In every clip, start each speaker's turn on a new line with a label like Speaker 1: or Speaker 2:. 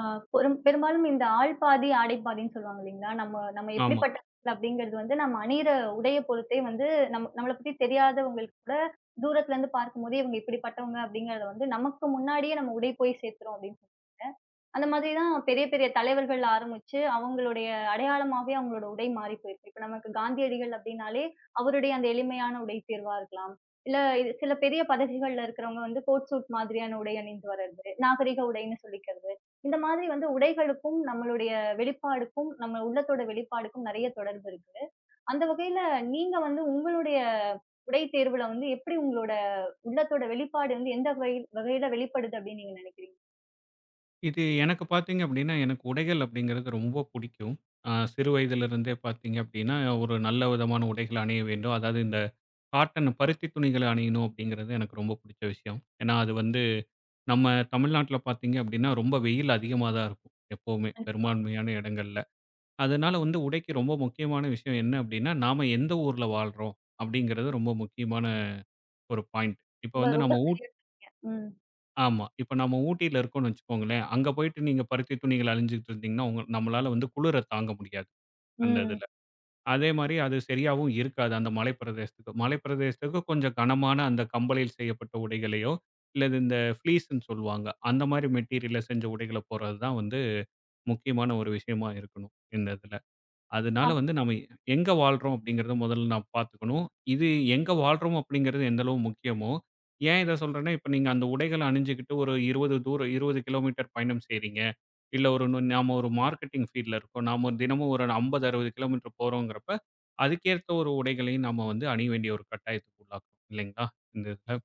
Speaker 1: ஆ பெரும்பாலும் இந்த ஆள் பாதி, ஆடை பாதின்னு சொல்லுவாங்க இல்லைங்களா? நம்ம நம்ம
Speaker 2: ஆமா.
Speaker 1: எப்படிப்பட்டவங்க அப்படிங்கிறது வந்து நம்ம அணியிற உடைய பொறுத்தே வந்து நம்மள பத்தி தெரியாதவங்களுக்கு கூட தூரத்துல இருந்து பார்க்கும்போதே இவங்க இப்படிப்பட்டவங்க அப்படிங்கிறத வந்து நமக்கு முன்னாடியே நம்ம உடை போய் சேர்த்துரும் அப்படின்னு அந்த மாதிரி தான் பெரிய, பெரிய தலைவர்கள் ஆரம்பிச்சு, அவங்களுடைய அடையாளமாவே அவங்களோட உடை மாறி போயிருக்கு. இப்ப நமக்கு காந்தியடிகள் அப்படின்னாலே, அவருடைய அந்த எளிமையான உடை தேர்வா இருக்கலாம். இல்ல இது சில பெரிய பதவிகள்ல இருக்கிறவங்க வந்து கோட் சூட் மாதிரியான உடை அணிந்து வர்றது, நாகரிக உடைன்னு சொல்லிக்கிறது. இந்த மாதிரி வந்து உடைகளுக்கும், நம்மளுடைய வெளிப்பாடுக்கும், நம்ம உள்ளத்தோட வெளிப்பாடுக்கும் நெறைய தொடர்பு இருக்கு. அந்த வகையில நீங்க வந்து உங்களுடைய உடை தேர்வுல வந்து எப்படி உங்களோட உள்ளத்தோட வெளிப்பாடு வந்து எந்த வகை வகையில வெளிப்படுது அப்படின்னு நீங்க நெனைக்கிறீங்க?
Speaker 2: இது எனக்கு பார்த்தீங்க அப்படின்னா, எனக்கு உடைகள் அப்படிங்கிறது ரொம்ப புடிக்கும். சிறு வயதிலிருந்தே பார்த்தீங்க அப்படின்னா, ஒரு நல்ல விதமான உடைகள் அணிய வேண்டும். அதாவது இந்த காட்டன் பருத்தி துணிகள அணியணும் அப்படிங்கிறது எனக்கு ரொம்ப புடிச்ச விஷயம். ஏன்னா, அது வந்து நம்ம தமிழ்நாட்ல பார்த்தீங்க அப்படின்னா, ரொம்ப வெயில் அதிகமா தான் இருக்கும். எப்பவுமே பெரும்பான்மையான இடங்கள்ல. அதனால வந்து உடைக்கு ரொம்ப முக்கியமான விஷயம் என்ன அப்படின்னா, நாம எந்த ஊர்ல வாழ்றோம் அப்படிங்கிறது ரொம்ப முக்கியமான ஒரு பாயிண்ட். இப்ப
Speaker 1: ரொம்ப
Speaker 2: வந்து
Speaker 1: ரொம்ப
Speaker 2: நம்ம ஊ
Speaker 1: சரியா. ம்.
Speaker 2: ஆமா. இப்ப நம்ம ஊட்டியில இருக்கோம்னு வச்சுக்கோங்களேன், அங்க போயிட்டு நீங்க பருத்தி துணிகள் அழிஞ்சுகிட்டு இருந்தீங்கன்னா, உங்க நம்மளால வந்து குளிர தாங்க முடியாது, அந்த
Speaker 1: ம்.
Speaker 2: இதுல. அதே மாரி அது சரியாவும் இருக்காது, அந்த மலை பிரதேசத்துக்கு. மலை பிரதேசத்துக்கு கொஞ்சம் கனமான அந்த கம்பளியில் செய்யப்பட்ட உடைகளையோ, இல்லது இந்த ஃப்ளீஸ்ன்னு சொல்லுவாங்க. அந்த மாரி மெட்டீரியல்ல செஞ்ச உடைகள போடுறது தான் வந்து முக்கியமான ஒரு விஷயமா இருக்கணும், இந்த இதுல. அதனால
Speaker 1: ஆம்.
Speaker 2: வந்து நம்ம எங்க வாழ்றோம் அப்படிங்கிறத முதல்ல நான் பார்த்துக்கணும். இது எங்க வாழ்றோம் அப்படிங்கிறது எந்த அளவு முக்கியமோ, ஏன் இத சொல்றேன்னா, இப்ப நீங்க அந்த உடைகள அணிஞ்சுகிட்டு ஒரு 20 தூரம் 20 கிலோமீட்டர் பயணம் செய்றீங்க. இல்ல ஒரு நாம ஒரு மார்க்கெட்டிங் ஃபீல்ட்ல இருக்கோம். நாம ஒரு தினமும் ஒரு 50, 60 கிலோமீட்டர் போறோங்கிறப்ப, அதுக்கேத்த ஒரு உடைகளையும் நாம வந்து அணிய வேண்டிய ஒரு கட்டாயத்துக்கு உள்ளாக்குறோம் இல்லைங்களா? இந்த இதுல.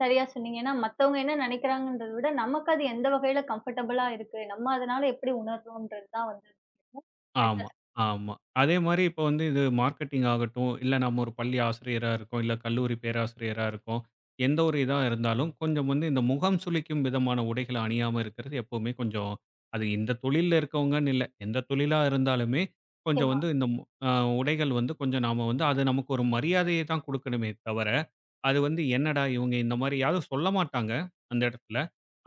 Speaker 1: சரியா சொன்னீங்க. ஏன்னா மத்தவங்க என்ன நெனைக்கிறாங்கன்றத விட, நமக்கு அது எந்த வகையில கம்ஃபர்டபுளா இருக்கு. நம்ம அதனால எப்படி உணர்றோம்ன்றது தான் வந்து முக்கியம். கரெக்டா
Speaker 2: ஆமா,
Speaker 1: சொ
Speaker 2: ஆமா. அதே மாரி இப்ப வந்து இது மார்க்கெட்டிங் ஆகட்டும், இல்ல நம்ம ஒரு பள்ளி ஆசிரியரா இருக்கோம், இல்ல கல்லூரி பேராசிரியரா இருக்கோம். எந்த ஒரு இதா இருந்தாலும், கொஞ்சம் வந்து இந்த முகம் சுளிக்கும் விதமான உடைகள அணியாம இருக்கிறது எப்பவுமே கொஞ்சம் அது இந்த தொழில்ல இருக்கவங்கன்னு இல்ல. எந்த தொழிலா இருந்தாலுமே, கொஞ்சம்
Speaker 1: நிச்சயமா,
Speaker 2: வந்து இந்த மு அ உடைகள் வந்து கொஞ்சம் நாம வந்து அது நமக்கு ஒரு மரியாதைய தான் குடுக்கணுமே தவிர, அது வந்து என்னடா இவங்க இந்த மாரி யாரும் சொல்ல மாட்டாங்க, அந்த இடத்துல.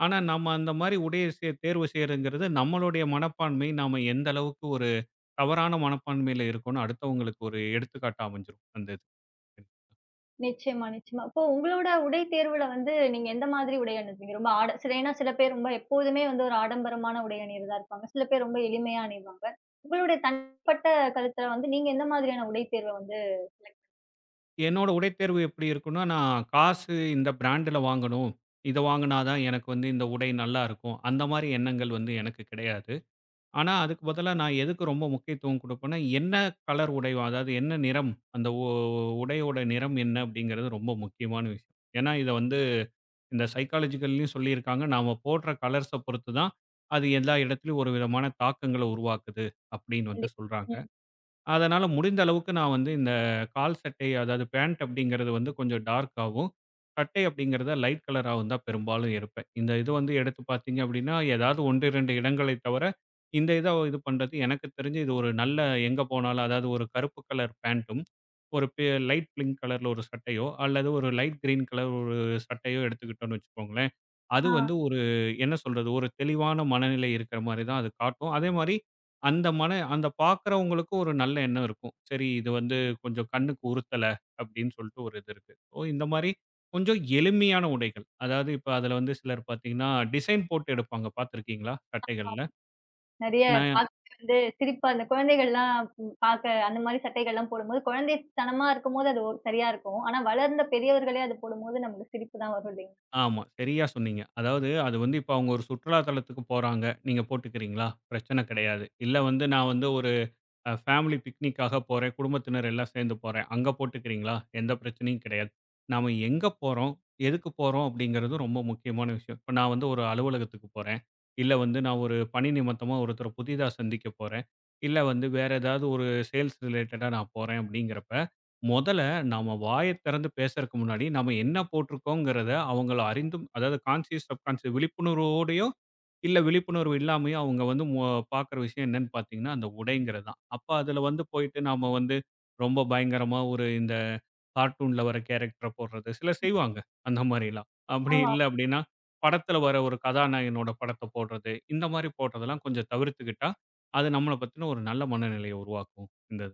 Speaker 2: ஆனா, நம்ம அந்த மாரி உடைய தேர்வு செய்றதுங்கிறது நம்மளுடைய மனப்பான்மை, நாம எந்த அளவுக்கு ஒரு தவறான மனப்பான்மையில இருக்கோம்னு அடுத்தவங்களுக்கு ஒரு எடுத்துக்காட்டா அமைஞ்சிரும் அந்த இது.
Speaker 1: நிச்சயமா, நிச்சயமா. இப்போ உங்களோட உடை தேர்வுல வந்து நீங்க எந்த மாதிரி உடை அணிவீங்க? ரொம்ப ஆட சில ஏன்னா சில பேர் ரொம்ப எப்போதுமே வந்து ஒரு ஆடம்பரமான உடை அணியிறதா இருப்பாங்க. சில பேர் ரொம்ப எளிமையா அணிவாங்க. உங்களுடைய தனிப்பட்ட கருத்துல வந்து, நீங்க எந்த மாதிரியான உடை தேர்வ வந்து செலக்ட்
Speaker 2: என்னோட உடைத்தேர்வு எப்படி இருக்கும்னா, நான் காசு இந்த பிராண்ட்ல வாங்கணும். இத வாங்குனா தான் எனக்கு வந்து இந்த உடை நல்லா இருக்கும். அந்த மாரி எண்ணங்கள் வந்து எனக்கு கிடையாது. ஆனா, அதுக்கு பதிலா நான் எதுக்கு ரொம்ப முக்கியத்துவம் குடுப்பேன்னா, என்ன கலர் உடை அதாவது என்ன நிறம் அந்த உ உடையோட நிறம் என்ன அப்படிங்கிறது ரொம்ப முக்கியமான விஷயம். ஏன்னா, இத வந்து இந்த சைக்காலஜிக்கல்லயும் சொல்லியிருக்காங்க. நாம போடுற கலர்ஸ பொறுத்து தான் அது எல்லா இடத்துலயும் ஒரு விதமான தாக்கங்கள உருவாக்குது அப்படின்னு வந்து
Speaker 1: பண்ணி.
Speaker 2: சொல்றாங்க.
Speaker 1: ம்.
Speaker 2: அதனால முடிந்த அளவுக்கு நான் வந்து இந்த கால் சட்டை, அதாவது பேண்ட் அப்படிங்கிறது வந்து கொஞ்சம் டார்க்காவும், சட்டை அப்படிங்கிறத லைட் கலராவும் தான் பெரும்பாலும் இருப்பேன். இந்த இது வந்து எடுத்து பார்த்தீங்க அப்படின்னா, ஏதாவது 1, 2 இடங்களை தவிர, இந்த இத இது பண்றது எனக்கு தெரிஞ்சு இது ஒரு நல்ல எங்க போனாலும் அதாவது ஒரு கருப்பு கலர் பேண்ட்டும், ஒரு பெ லைட் பிங்க் கலர்ல ஒரு சட்டையோ, அல்லது ஒரு லைட் கிரீன் கலர் ஒரு சட்டையோ எடுத்துக்கிட்டோம்னு வச்சுக்கோங்களேன். அது
Speaker 1: ஆ.
Speaker 2: வந்து ஒரு என்ன சொல்றது, ஒரு தெளிவான மனநிலை இருக்கிற மாரி தான் அது காட்டும். அதேமாரி அந்த பார்க்குறவங்களுக்கும் ஒரு நல்ல எண்ணம் இருக்கும். சரி இது வந்து கொஞ்சம் கண்ணுக்கு உறுத்தல அப்படின்னு சொல்லிட்டு ஒரு இது இருக்கு. ஸோ இந்த மாரி கொஞ்சம் எளிமையான உடைகள். அதாவது இப்ப அதுல வந்து சிலர் பார்த்தீங்கன்னா, டிசைன் போட்டு எடுப்பாங்க பார்த்துருக்கீங்களா? சட்டைகள்ல.
Speaker 1: நெறைய
Speaker 2: நான்
Speaker 1: பாக்க வந்து சிரிப்பா அந்த குழந்தைகள்லாம் பாக்க அந்த மாரி சட்டைகள்லாம் போடும்போது, குழந்தைத்தனமா இருக்கும்போது அது ஒ சரியா இருக்கும். ஆனா வளர்ந்த பெரியவர்களே அது போடும்போது நமக்கு சிரிப்பு தான் வரும்
Speaker 2: ஆமா, சரியா சொன்னீங்க. அதாவது அது வந்து இப்ப அவங்க ஒரு சுற்றுலா தலத்துக்கு போறாங்க. நீங்க போட்டுக்கிறீங்களா? பிரச்சனை கிடையாது. இல்ல வந்து நான் வந்து ஒரு ஃபேமிலி பிக்னிக்காக போறேன், குடும்பத்தினர் எல்லாம் சேர்ந்து போறேன். அங்க போட்டுக்கிறீங்களா? எந்த பிரச்சனையும் கிடையாது. நாம எங்க போறோம்? எதுக்கு போறோம்? அப்படிங்கிறது ரொம்ப முக்கியமான விஷயம். இப்ப நான் வந்து ஒரு அலுவலகத்துக்கு போறேன். இல்ல வந்து நான் ஒரு பணி நிமித்தமா ஒருத்தர புதிதா சந்திக்க போறேன். இல்ல வந்து வேற ஏதாவது ஒரு சேல்ஸ் ரிலேட்டடா நான் போறேன் அப்படிங்கிறப்ப, முதல்ல நாம வாய திறந்து பேசறக்கு முன்னாடி நாம என்ன போட்டிருக்கோங்கிறத அவங்கள அறிந்தும் அதாவது கான்ஷியஸ், சப்கான்ஷியஸ் விழிப்புணர்வோடயோ இல்ல விழிப்புணர்வு இல்லாமயே அவங்க வந்து மு பார்க்குற விஷயம் என்னன்னு பார்த்தீங்கன்னா, அந்த உடைங்கிறது தான். அப்ப அதுல வந்து போயிட்டு நாம வந்து ரொம்ப பயங்கரமா ஒரு இந்த கார்ட்டூன்ல வர கேரக்டர போடுறது, சிலர் செய்வாங்க அந்த மாரிலாம். அப்படி
Speaker 1: இல்லைங்களா?
Speaker 2: இல்ல அப்படின்னா, படத்துல வர ஒரு கதாநாயகனோட படத்த போடுறது, இந்த மாரி போடுறதெல்லாம் கொஞ்சம் தவிர்த்துக்கிட்டா, அது நம்மள பத்தின ஒரு நல்ல மனநிலைய உருவாக்கும். இந்த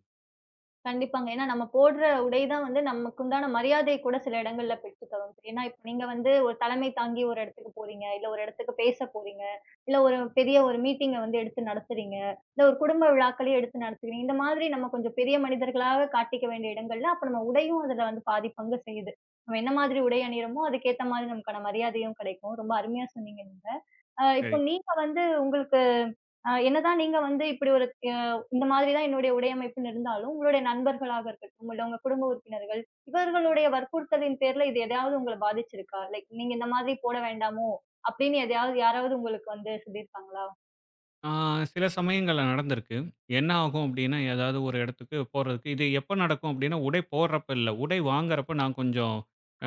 Speaker 1: கண்டிப்பாங்க. ஏன்னா நம்ம போடுற உடை தான் வந்து நமக்குண்டான மரியாதைய கூட சில இடங்கள்ல பெற்று தரும். ஏன்னா இப்ப நீங்க வந்து ஒரு தலைமை தாங்கி ஒரு இடத்துக்கு போறீங்க, இல்ல ஒரு இடத்துக்கு பேச போறீங்க, இல்ல ஒரு பெரிய ஒரு மீட்டிங்க வந்து எடுத்து நடத்துறீங்க, இல்ல ஒரு குடும்ப விழாக்களையும் எடுத்து நடத்துறீங்க. இந்த மாதிரி நம்ம கொஞ்சம் பெரிய மனிதர்களாக காட்டிக்க வேண்டிய இடங்கள்ல, அப்ப நம்ம உடையும் அதுல வந்து பாதி பங்கு செய்யுது. நம்ம என்ன மாதிரி உடை அணியிறோமோ, அதுக்கேத்த மாதிரி நமக்கான மரியாதையும் கிடைக்கும். ரொம்ப அருமையா சொன்னீங்க நீங்க. இப்போ
Speaker 2: இது.
Speaker 1: நீங்க வந்து உங்களுக்கு என்னதான் நீங்க வந்து இப்படி ஒரு இந்த மாதிரி தான் என்னுடைய உடையமைப்புன்னு இருந்தாலும், உங்களுடைய நண்பர்களாக இருக்கட்டும், இல்ல உங்க குடும்ப உறுப்பினர்கள், இவர்களுடைய வற்புறுத்தலின் பேர்ல இது எதையாவது உங்கள பாதிச்சிருக்கா? லைக் நீங்க இந்த மாதிரி போட வேண்டாமோ! அப்படின்னு எதையாவது யாராவது உங்களுக்கு வந்து சொல்லியிருக்காங்களா?
Speaker 2: ஆ, சில சமயங்கள்ல நடந்திருக்கு. என்ன ஆகும் அப்டின்னா, ஏதாவது ஒரு இடத்துக்கு போறதுக்கு இது எப்ப நடக்கும் அப்டின்னா, உடை போடுறப்ப இல்ல. உடை வாங்குறப்ப நான் கொஞ்சம்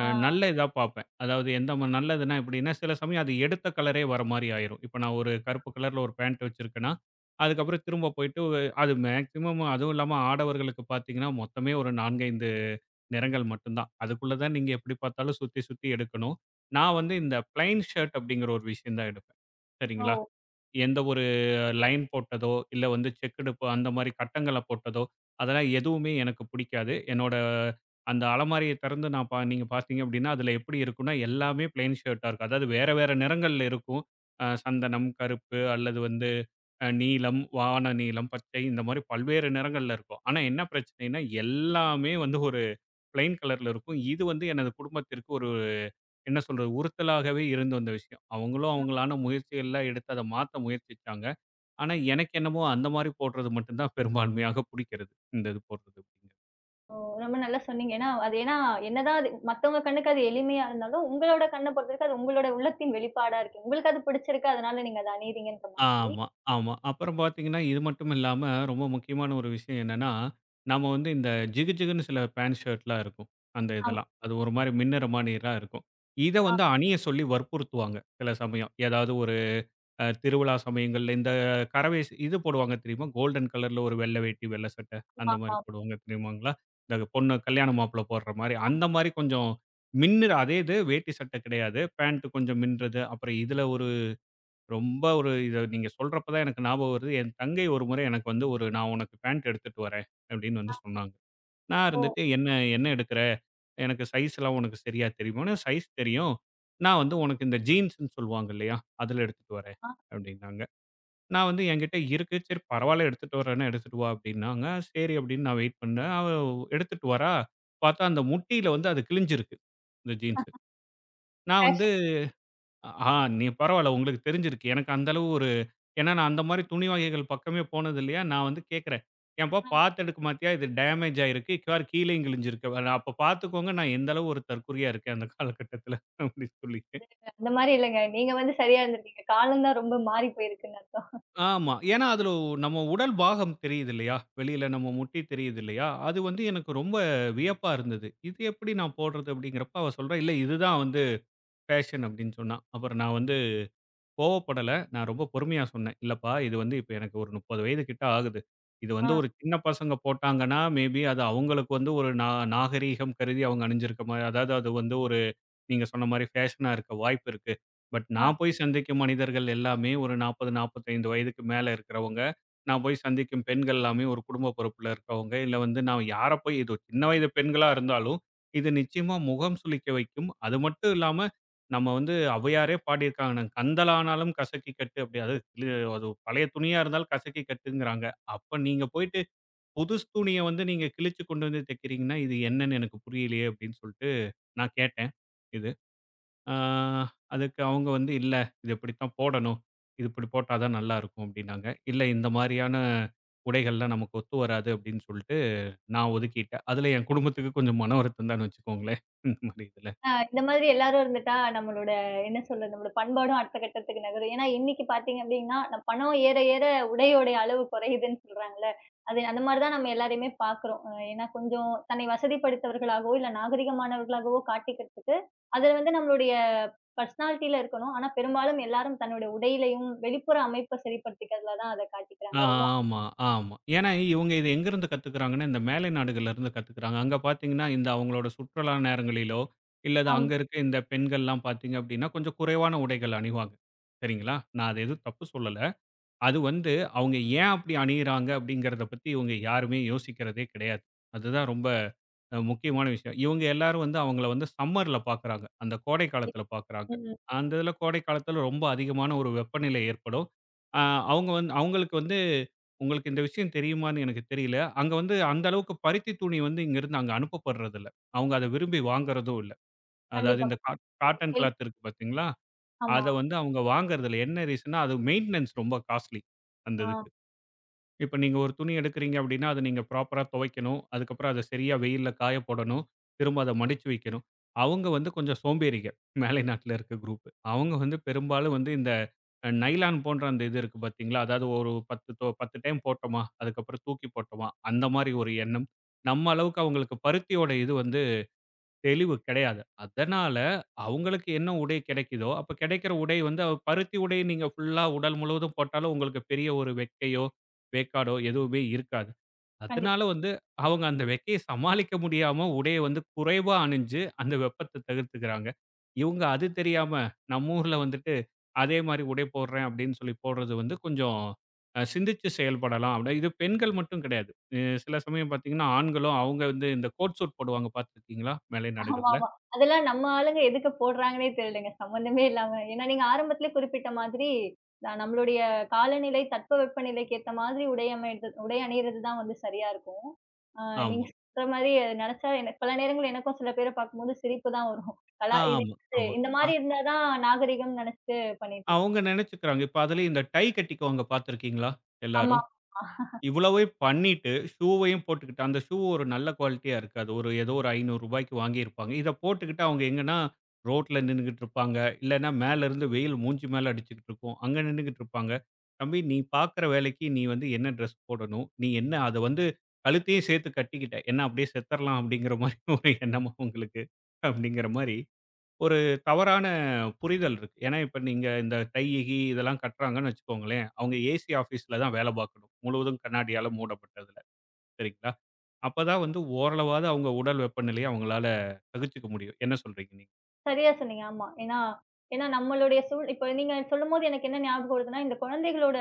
Speaker 2: நல்ல இதா பார்ப்பேன். அதாவது எந்த நல்லதுன்னா எப்டின்னா, சில சமயம் அது எடுத்த கலரே வர மாரி ஆயிரும். இப்ப நான் ஒரு கருப்பு கலர்ல ஒரு பேண்ட் வச்சிருக்கேன்னா, அதுக்கப்புறம் திரும்ப போயிட்டு அது மேக்ஸிமம் அதுவும் இல்லாம ஆடவர்களுக்கு பார்த்தீங்கன்னா, மொத்தமே ஒரு 4, 5 நிறங்கள் மட்டும் தான். அதுக்குள்ள தான் நீங்க எப்டி பார்த்தாலும் சுத்தி, சுத்தி எடுக்கணும். நான் வந்து இந்த பிளைன் ஷர்ட் அப்டிங்கிற ஒரு விஷயம் தான் எடுப்பேன்.
Speaker 1: ஓ!
Speaker 2: சரிங்களா? எந்த ஒரு லைன் போட்டதோ, இல்ல வந்து செக்குடு ப அந்த மாரி கட்டங்கள போட்டதோ, அதெல்லாம் எதுவுமே எனக்கு பிடிக்காது. என்னோட அந்த அலமாரிய திறந்து நான் பா நீங்க பார்த்தீங்க அப்டின்னா, அதில எப்படி இருக்கும்னா, எல்லாமே பிளெயின் ஷர்ட்டா இருக்கும். அதாவது வேற வேற நிறங்கள்ல இருக்கும். சந்தனம், கருப்பு அல்லது வந்து நீலம், வான நீலம், பச்சை இந்த மாரி பல்வேறு நிறங்கள்ல இருக்கும். ஆனா என்ன பிரச்சனைன்னா, எல்லாமே வந்து ஒரு பிளெயின் கலர்ல இருக்கும். இது வந்து எனது குடும்பத்திற்கு ஒரு என்ன சொல்றது? உறுத்தலாகவே இருந்து வந்த விஷயம். அவங்களும் அவங்களான முயற்சிகள்லாம் எடுத்து அத மாத்த முயற்சிச்சாங்க. ஆனா, எனக்கு என்னமோ அந்த மாரி போடுறது மட்டும் தான் பெரும்பான்மையாக புடிக்கிறது. இந்த இது போடுறது அப்படிங்கிறது.
Speaker 1: ஓ! ரொம்ப நல்லா சொன்னீங்க. ஏன்னா, அது ஏன்னா என்னதான் அது மத்தவங்க கண்ணுக்கு அது எளிமையா இருந்தாலும், உங்களோட கண்ண பொறுத்தவரைக்கும் அது உங்களோட உள்ளத்தின் வெளிப்பாடா இருக்கு. உங்களுக்கு அது பிடிச்சிருக்கு. அதனால நீங்க அத அணியிறீங்கன்ற மாதிரி.
Speaker 2: ஆமா, ஆமா. அப்புறம் பார்த்தீங்கன்னா, இது மட்டும் இல்லாம ரொம்ப முக்கியமான ஒரு விஷயம் என்னன்னா, நாம வந்து இந்த ஜிகு ஜிகுன்னு சில பேண்ட் ஷர்ட்லாம் இருக்கும். அந்த
Speaker 1: ஆமா,
Speaker 2: இதெல்லாம். அது ஒரு மாரி மின்னுற மாரிலாம் இருக்கும். இத வந்து அணிய சொல்லி வற்புறுத்துவாங்க சில சமயம். ஏதாவது ஒரு திருவிழா சமயங்கள்ல இந்த கரவை ஸ் இது போடுவாங்க தெரியுமா? கோல்டன் கலர்ல ஒரு வெள்ள வேட்டி, வெள்ள சட்டை
Speaker 1: ஆமா,
Speaker 2: அந்த மாரி
Speaker 1: ஆமா.
Speaker 2: போடுவாங்க தெரியுமாங்களா? இந்த பொண்ணு கல்யாண மாப்பிள்ளை போடுற மாரி,
Speaker 1: ஆமா.
Speaker 2: அந்த மாரி கொஞ்சம் மின்னுற அதே இது வேட்டி சட்டை கிடையாது. பேண்ட் கொஞ்சம் மின்றது. அப்புறம் இதில ஒரு ரொம்ப ஒரு இத நீங்க சொல்றப்ப தான் எனக்கு ஞாபகம் வருது. என் தங்கை ஒரு முறை எனக்கு வந்து ஒரு "நான் உனக்கு பேண்ட் எடுத்துட்டு வரேன்" அப்படின்னு வந்து சொன்னாங்க. நான்
Speaker 1: ஓ!
Speaker 2: இருந்துட்டு "என்ன எடுக்குற? எனக்கு சைஸ்லாம் உனக்கு சரியா தெரியுமா?" "சைஸ் தெரியும். நான் வந்து உனக்கு இந்த ஜீன்ஸ்ன்னு சொல்லுவாங்க இல்லையா? அதில எடுத்துட்டு வரேன்"
Speaker 1: ஆ.
Speaker 2: அப்படின்னாங்க. நான் வந்து என்கிட்ட இருக்கு. சரி பரவால்ல எடுத்துட்டு வரேன்னா, எடுத்துட்டு வா அப்படின்னாங்க. சரி அப்படின்னு நான் வெயிட் பண்ணேன். அவ எடுத்துட்டு வரா. பார்த்தா அந்த முட்டியில வந்து அது கிழிஞ்சிருக்கு. இந்த ஜீன்ஸு. நான் வந்து
Speaker 1: பேஷன்.
Speaker 2: ஆ நீ பரவால்ல உங்களுக்கு தெரிஞ்சிருக்கு. எனக்கு அந்த அளவு ஒரு ஏன்னா நான் அந்த மாரி துணி வகைகள் பக்கமே போனது இல்லையா? நான் வந்து கேட்கிறேன். ஏன்பா பார்த்து எடுக்க மாட்டியா? இது டேமேஜ் ஆயிருக்கு. பாரு கீழயும் கிழிஞ்சிருக்கு. அப்ப பார்த்துக்கோங்க நான் எந்த அளவு ஒரு தற்குறியா இருக்கேன் அந்த காலகட்டத்தில அப்படின்னு சொல்லி.
Speaker 1: அந்த மாரி இல்லங்க. நீங்க வந்து சரியா இருந்திருக்கீங்க. காலம் தான் ரொம்ப மாறி போயிருக்குன்னு அர்த்தம்.
Speaker 2: ஆமா. ஏன்னா, நம்ம உடல் பாகம் தெரியுது இல்லையா? வெளியில நம்ம முட்டி தெரியுது இல்லையா? அது வந்து எனக்கு ரொம்ப வியப்பா இருந்தது. இது எப்படி நான் போடுறது? அப்படிங்கிறப்ப அவ சொல்றா, "இல்ல இதுதான் வந்து ஃபேஷன்" அப்படின்னு சொன்னா. அப்புறம் நான் வந்து கோவப்படல. நான் ரொம்ப பொறுமையா சொன்னேன். "இல்லப்பா, இது வந்து இப்ப எனக்கு ஒரு 30 வயது கிட்ட ஆகுது. இது
Speaker 1: ஆ,
Speaker 2: வந்து ஒரு சின்ன பசங்க போட்டாங்கன்னா, மேபி அது அவங்களுக்கு வந்து ஒரு நா நாகரீகம் கருதி அவங்க அணிஞ்சிருக்க மாரி அதாவது அது வந்து ஒரு" நீங்க சொன்ன மாரி ஃபேஷனா இருக்க வாய்ப்பு இருக்கு. பட்
Speaker 1: ஆ.
Speaker 2: நான் போய் சந்திக்கும் மனிதர்கள் எல்லாமே ஒரு 40, 45 வயதுக்கு மேல இருக்கிறவங்க. நான் போய் சந்திக்கும் பெண்கள் எல்லாமே ஒரு குடும்ப பொறுப்புல இருக்கவங்க. இல்ல வந்து நான் யார போய் இது சின்ன வயது பெண்களா இருந்தாலும், இது நிச்சயமா முகம் சுளிக்க வைக்கும். அது மட்டும் இல்லாம நம்ம வந்து ஔவையாரே பாடியிருக்காங்க. "கந்தலானாலும் கசக்கி கட்டு" அது பழைய துணியா இருந்தாலும் கசக்கி கட்டுங்கிறாங்க. அப்ப நீங்க போயிட்டு புதுசு துணிய வந்து நீங்க கிழிச்சு கொண்டு வந்து தைக்கிறீங்கன்னா, இது என்னன்னு எனக்கு புரியலையே அப்படின்னு சொல்லிட்டு நான் கேட்டேன். இது ஆ அதுக்கு அவங்க வந்து, "இல்ல இது இப்படித்தான் போடணும். இது இப்படி போட்டா தான் நல்லாருக்கும்" அப்படின்னாங்க. "இல்ல இந்த மாரியான உடைகள்லாம் நமக்கு ஒத்து வராது" அப்படின்னு சொல்லிட்டு நான் ஒதுக்கிட்டேன். அதுல என் குடும்பத்துக்கு கொஞ்சம் மன வருத்தம் தான்னு வச்சுக்கோங்களேன். இந்த மாரி இதுல.
Speaker 1: இந்த மாதிரி எல்லாரும் இருந்துட்டா, நம்மளோட என்ன சொல்றது? நம்மளோட பண்பாடும் அடுத்த கட்டத்துக்கு நகரும். ஏன்னா, இன்னைக்கு பார்த்தீங்க அப்டின்னா, நம் பணம் ஏற ஏற உடையோடைய அளவு குறையுதுன்னு சொல்றாங்கல்ல. அது அந்த மாரி தான் நம்ம எல்லாரையுமே பார்க்குறோம். ஏன்னா கொஞ்சம் தன்னை வசதிப்படுத்தவர்களாகவோ, இல்ல நாகரிகமானவர்களாகவோ காட்டிக்கிறதுக்கு, அது வந்து நம்மளுடைய பர்சனாலிட்டில இருக்கணும். ஆனா, பெரும்பாலும் எல்லாரும் தன்னுடைய உடையிலயும், வெளிப்புற அமைப்ப சரிப்படுத்திக்கிறதுல தான் அத காட்டிக்கிறாங்க.
Speaker 2: ஆமா, ஆமா. ஏன்னா இவங்க இது எங்கேருந்து கத்துக்கிறாங்கன்னா, இந்த மேலை நாடுகள்லேருந்து கத்துக்கிறாங்க. அங்க பார்த்தீங்கன்னா, இந்த அவங்களோட சுற்றுலா நேரங்களிலோ, இல்லது
Speaker 1: ஆமா.
Speaker 2: அங்க இருக்க இந்த பெண்கள்லாம் பார்த்தீங்க அப்படின்னா, கொஞ்சம் குறைவான உடைகள் அணிவாங்க. சரிங்களா? நான் அத எதுவும் தப்பு சொல்லல. அது வந்து அவங்க ஏன் அப்படி அணியிறாங்க அப்படிங்கிறத பத்தி இவங்க யாருமே யோசிக்கிறதே கிடையாது. அதுதான் ரொம்ப முக்கியமான விஷயம். இவங்க எல்லாரும் வந்து அவங்கள வந்து சம்மர்ல பார்க்குறாங்க. அந்த கோடை காலத்தில பார்க்குறாங்க.
Speaker 1: ம்.
Speaker 2: அந்த இதில கோடை காலத்தில ரொம்ப அதிகமான ஒரு வெப்பநிலை ஏற்படும். அ அவங்க வந்து அவங்களுக்கு வந்து உங்களுக்கு இந்த விஷயம் தெரியுமான்னு எனக்கு தெரியல. அங்க வந்து அந்த அளவுக்கு பருத்தி துணி வந்து இங்கருந்து அங்க அனுப்பப்படுறதில்ல. அவங்க அத விரும்பி வாங்குறதும் இல்ல. அதாவது
Speaker 1: கண்டிப்பா.
Speaker 2: இந்த காட்டன்
Speaker 1: கேள்வி-
Speaker 2: கிளாத் இருக்கு பார்த்தீங்களா? அத
Speaker 1: ஆமா.
Speaker 2: வந்து அவங்க வாங்குறதில்ல. என்ன ரீசன்னா, அது மெயின்டனன்ஸ் ரொம்ப காஸ்ட்லி அந்த
Speaker 1: ஆ.
Speaker 2: இதுக்கு. இப்ப நீங்க ஒரு துணி எடுக்குறீங்க அப்டின்னா, அத நீங்க ப்ராப்பரா துவைக்கணும். அதுக்கப்புறம் அத சரியா வெயில்ல காய போடணும். திரும்ப அத மடிச்சு வைக்கணும். அவங்க வந்து கொஞ்சம் சோம்பேறிங்க. மேலை நாட்டுல இருக்க குரூப். அவங்க வந்து பெரும்பாலும் வந்து இந்த நைலான் போன்ற அந்த இது இருக்கு பார்த்தீங்களா? அதாவது ஒரு 10 தொ 10 டைம் போட்டோமா, அதுக்கப்புறம் தூக்கி போட்டோமா, அந்த மாரி ஒரு எண்ணம். நம்ம அளவுக்கு அவங்களுக்கு பருத்தியோட இது வந்து தெளிவு கிடையாது. அதனால அவங்களுக்கு என்ன உடை கிடைக்குதோ, அப்ப கிடைக்கிற உடை வந்து பருத்தி உடை நீங்க ஃபுல்லா உடல் முழுவதும் போட்டாலும் உங்களுக்கு பெரிய ஒரு வெட்கையோ, வேக்காடோ எதுவுமே இருக்காது.
Speaker 1: கண்டிப்பா.
Speaker 2: அதனால வந்து அவங்க அந்த வெக்கைய சமாளிக்க முடியாம உடைய வந்து குறைவா அணிஞ்சு அந்த வெப்பத்த தவிர்த்துக்கிறாங்க. இவங்க அது தெரியாம நம்ம ஊர்ல வந்துட்டு அதே மாரி உடை போடுறேன் அப்படின்னு சொல்லி போடுறது வந்து கொஞ்சம் சிந்திச்சு செயல்படலாம். அப்படி இது பெண்கள் மட்டும் கிடையாது. அ சில சமயம் பார்த்தீங்கன்னா, ஆண்களும் அவங்க வந்து இந்த கோட் சூட் போடுவாங்க பார்த்துருக்கீங்களா? மேலை நாடுகள்ல.
Speaker 1: ஆமாமா. அதெல்லாம் நம்ம ஆளுங்க எதுக்கு போடுறாங்கன்னே தெரியலங்க. சம்மந்தமே இல்லாம. ஏன்னா நீங்க ஆரம்பத்திலேயே குறிப்பிட்ட மாதிரி, நம்மளுடைய காலநிலை, தட்பவெப்பநிலைக்கு ஏத்த மாதிரி உடை அமைறது உடை அணியிறது தான் வந்து சரியா இருக்கும். ஆ. நீங்க
Speaker 2: ஆமா.
Speaker 1: சொல்ற மாரி அத நெனச்சா எனக்கு பல நேரங்கள்ல எனக்கும் சில பேர பார்க்கும்போது சிரிப்பு தான் வரும். கலா இது
Speaker 2: ஆமா, ஆமா.
Speaker 1: இந்த
Speaker 2: அ
Speaker 1: மாரி இருந்தா தான் நாகரிகம்னு நெனச்சுட்டு பண்ணிட்டு
Speaker 2: அவங்க நெனச்சுக்கிறாங்க. இப்ப அதுலயும் இந்த டை கட்டிக்குவாங்க பார்த்துருக்கீங்களா
Speaker 1: ஆமா.
Speaker 2: எல்லாரும்? இவ்வளவையும் பண்ணிட்டு, ஷூவையும் போட்டுக்கிட்டு, அந்த ஷூ ஒரு நல்ல குவாலிட்டியா இருக்காது. ஒரு ஏதோ ஒரு ரூ. 500க்கு வாங்கியிருப்பாங்க. இத போட்டுக்கிட்டு அவங்க எங்கன்னா, ரோட்ல நின்னுகிட்டு இருப்பாங்க. இல்லன்னா மேலருந்து வெயில் மூஞ்சி மேல அடிச்சுக்கிட்டு இருக்கும். அங்க நின்னுகிட்டு இருப்பாங்க. "தம்பி, நீ பார்க்குற வேலைக்கு நீ வந்து என்ன ட்ரெஸ் போடணும்? நீ என்ன அத வந்து கழுத்தையும் சேர்த்து கட்டிக்கிட்ட. என்ன அப்படியே செத்தரலாம்." அப்படிங்கிற மாரி ஒரு எண்ணமா உங்களுக்கு? அப்படிங்கிற மாரி ஒரு தவறான புரிதல் இருக்கு. ஏன்னா, இப்ப நீங்க இந்த டை, இதெல்லாம் கட்டுறாங்கன்னு வச்சுக்கோங்களேன், அவங்க ஏசி ஆஃபீஸ்ல தான் வேலை பார்க்கணும். முழுவதும் கண்ணாடியால மூடப்பட்டதுல. சரிங்களா? அப்பதான் வந்து ஓரளவாவது அவங்க உடல் வெப்பநிலைய அவங்களால சகிச்சுக்க முடியும். என்ன சொல்றீங்க நீங்க?
Speaker 1: சரியா சொன்னீங்க. ஆமா. ஏன்னா ஏன்னா நம்மளுடைய சூழ் இப்ப நீங்க சொல்லும்போது எனக்கு என்ன ஞாபகம் வருதுன்னா, இந்த குழந்தைகளோட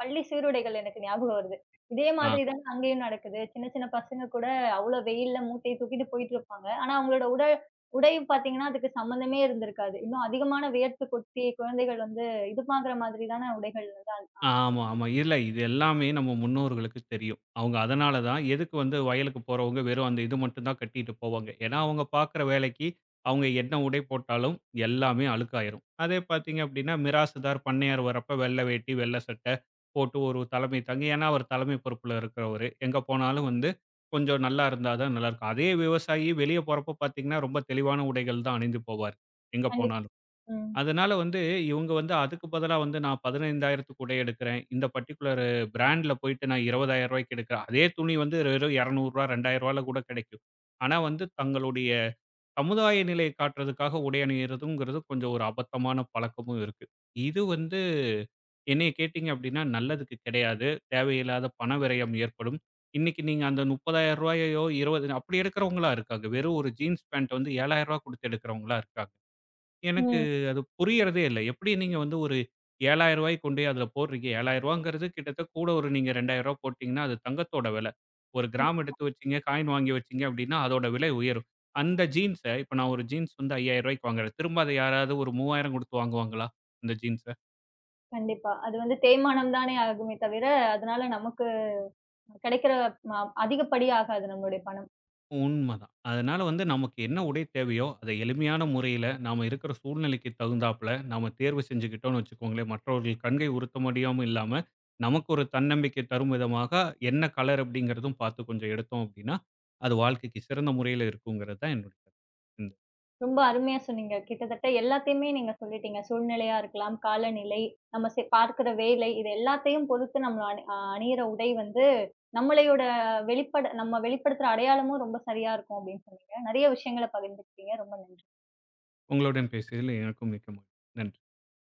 Speaker 1: பள்ளி சீருடைகள் எனக்கு ஞாபகம் வருது. இதே
Speaker 2: ஆ.
Speaker 1: மாதிரி தாங்க அங்கேயும் நடக்குது. சின்ன சின்ன பசங்க கூட அவ்ளோ வெயில்ல மூட்டைய தூக்கிட்டு போயிட்டு இருப்பாங்க. ஆனா அவங்களோட உடை உடை பார்த்தீங்கன்னா, அதுக்கு சம்மந்தமே இருந்திருக்காது. இன்னும் அதிகமான வியர்த்து கொட்டி குழந்தைகள் வந்து இது பாக்குற மாதிரி தான உடைகள் வந்து.
Speaker 2: ஆமா, ஆமா. இல்ல இது எல்லாமே நம்ம முன்னோர்களுக்கு தெரியும். அவங்க அதனால தான் எதுக்கு வந்து வயலுக்கு போறவங்க வெறும் அந்த இது மட்டும் தான் கட்டிட்டு போவாங்க. ஏன்னா, அவங்க பார்க்குற வேலைக்கு அவங்க என்ன உடை போட்டாலும் எல்லாமே அழுக்காயிரும். அதே பார்த்தீங்க அப்படின்னா, மிராசுதார் பண்ணையார் வரப்ப வெள்ளை வேட்டி, வெள்ளை சட்டை போட்டு ஒரு தலைமை தாங்கி ஏன்னா, அவர் தலைமை பொறுப்புல இருக்கிறவரு. எங்க போனாலும் வந்து கொஞ்சம் நல்லா இருந்தா தான் நல்லாருக்கும். அதே விவசாயி வெளிய போறப்ப பார்த்தீங்கன்னா, ரொம்ப தெளிவான உடைகள் தான் அணிந்து போவார், எங்க
Speaker 1: கண்டிப்பா.
Speaker 2: போனாலும்.
Speaker 1: ம்.
Speaker 2: அதனால வந்து இவங்க வந்து அதுக்கு பதிலா வந்து நான் 15,000க்கு உடை எடுக்கிறேன். இந்த பர்ட்டிகுலர் பிராண்ட்ல போயிட்டு நான் ரூ. 20,000க்கு எடுக்கிறேன். அதே துணி வந்து வெறும் ரூ. 200 ரூ. 2,000ல கூட கிடைக்கும். ஆனா வந்து தங்களுடைய சமுதாய நிலையை காட்டுறதுக்காக உடை அணியிறதுங்கிறது கொஞ்சம் ஒரு அபத்தமான பழக்கமும் இருக்கு. இது வந்து என்னைய கேட்டீங்க அப்படின்னா நல்லதுக்கு கிடையாது. தேவையில்லாத பண விரயம் ஏற்படும். இன்னைக்கு நீங்க அந்த ரூ. 30,000யோ 20 அப்படி எடுக்கிறவங்களா இருக்காங்க. வெறும் ஒரு ஜீன்ஸ் பேண்ட் வந்து ரூ. 7,000 குடுத்து எடுக்கிறவங்களா இருக்காங்க. எனக்கு
Speaker 1: ம்.
Speaker 2: அது புரியறதே இல்ல. எப்படி நீங்க வந்து ஒரு ரூ. 7,000 கொண்டோய் அதுல போடுறீங்க? ரூ. 7,000ங்கிறது கிட்டத்தட்ட கூட ஒரு நீங்க ரூ. 2,000 போட்டீங்கன்னா, அது தங்கத்தோட வில. ஒரு கிராம் எடுத்து வச்சீங்க, காயின் வாங்கி வச்சீங்க அப்படின்னா, அதோட விலை உயரும். அந்த ஜீன்ஸ இப்ப நான் ஒரு ஜீன்ஸ் வந்து ரூ. 5,000க்கு வாங்குறேன். திரும்ப அத யாராவது ஒரு 3,000 குடுத்து வாங்குவாங்களா? இந்த ஜீன்ஸ?
Speaker 1: கண்டிப்பா. அது வந்து தேய்மானம் தானே ஆகுமே தவிர, அதனால நமக்கு கிடைக்கிற ம அதிகப்படி ஆகாது நம்மளுடைய பணம்.
Speaker 2: உண்மதான். அதனால வந்து நமக்கு என்ன உடை தேவையோ, அத எளிமையான முறையில நாம இருக்கிற சூழ்நிலைக்கு தகுந்தாப்புல நாம தேர்வு செஞ்சுக்கிட்டோம்னு வச்சுக்கோங்களேன், மற்றவர்கள் கண்கை உறுத்த முடியாம இல்லாம, நமக்கு ஒரு தன்னம்பிக்கை தரும் விதமாக என்ன கலர் அப்படிங்கிறதும் பார்த்து கொஞ்சம் எடுத்தோம் அப்படின்னா, அது வாழ்க்கைக்கு சிறந்த முறையில இருக்குங்கிறது தான் என்னுடைய கருத்து. ம்.
Speaker 1: ரொம்ப அருமையா சொன்னீங்க. கிட்டத்தட்ட எல்லாத்தையுமே நீங்க சொல்லிட்டீங்க. சூழ்நிலையா இருக்கலாம், காலநிலை, நம்ம பார்க்கிற வேலை, இது எல்லாத்தையும் பொறுத்து நம்ம அணியிற உடை வந்து, நம்மளையோட நம்ம வெளிப்படுத்துற அடையாளமும் ரொம்ப சரியா இருக்கும் அப்படின்னு சொன்னீங்க. நெறைய விஷயங்கள பகிர்ந்துக்கிட்டீங்க. ரொம்ப நன்றி.
Speaker 2: உங்களுடன் பேசியதில் எனக்கும் மிக்க மகிழ்ச்சி. நன்றி.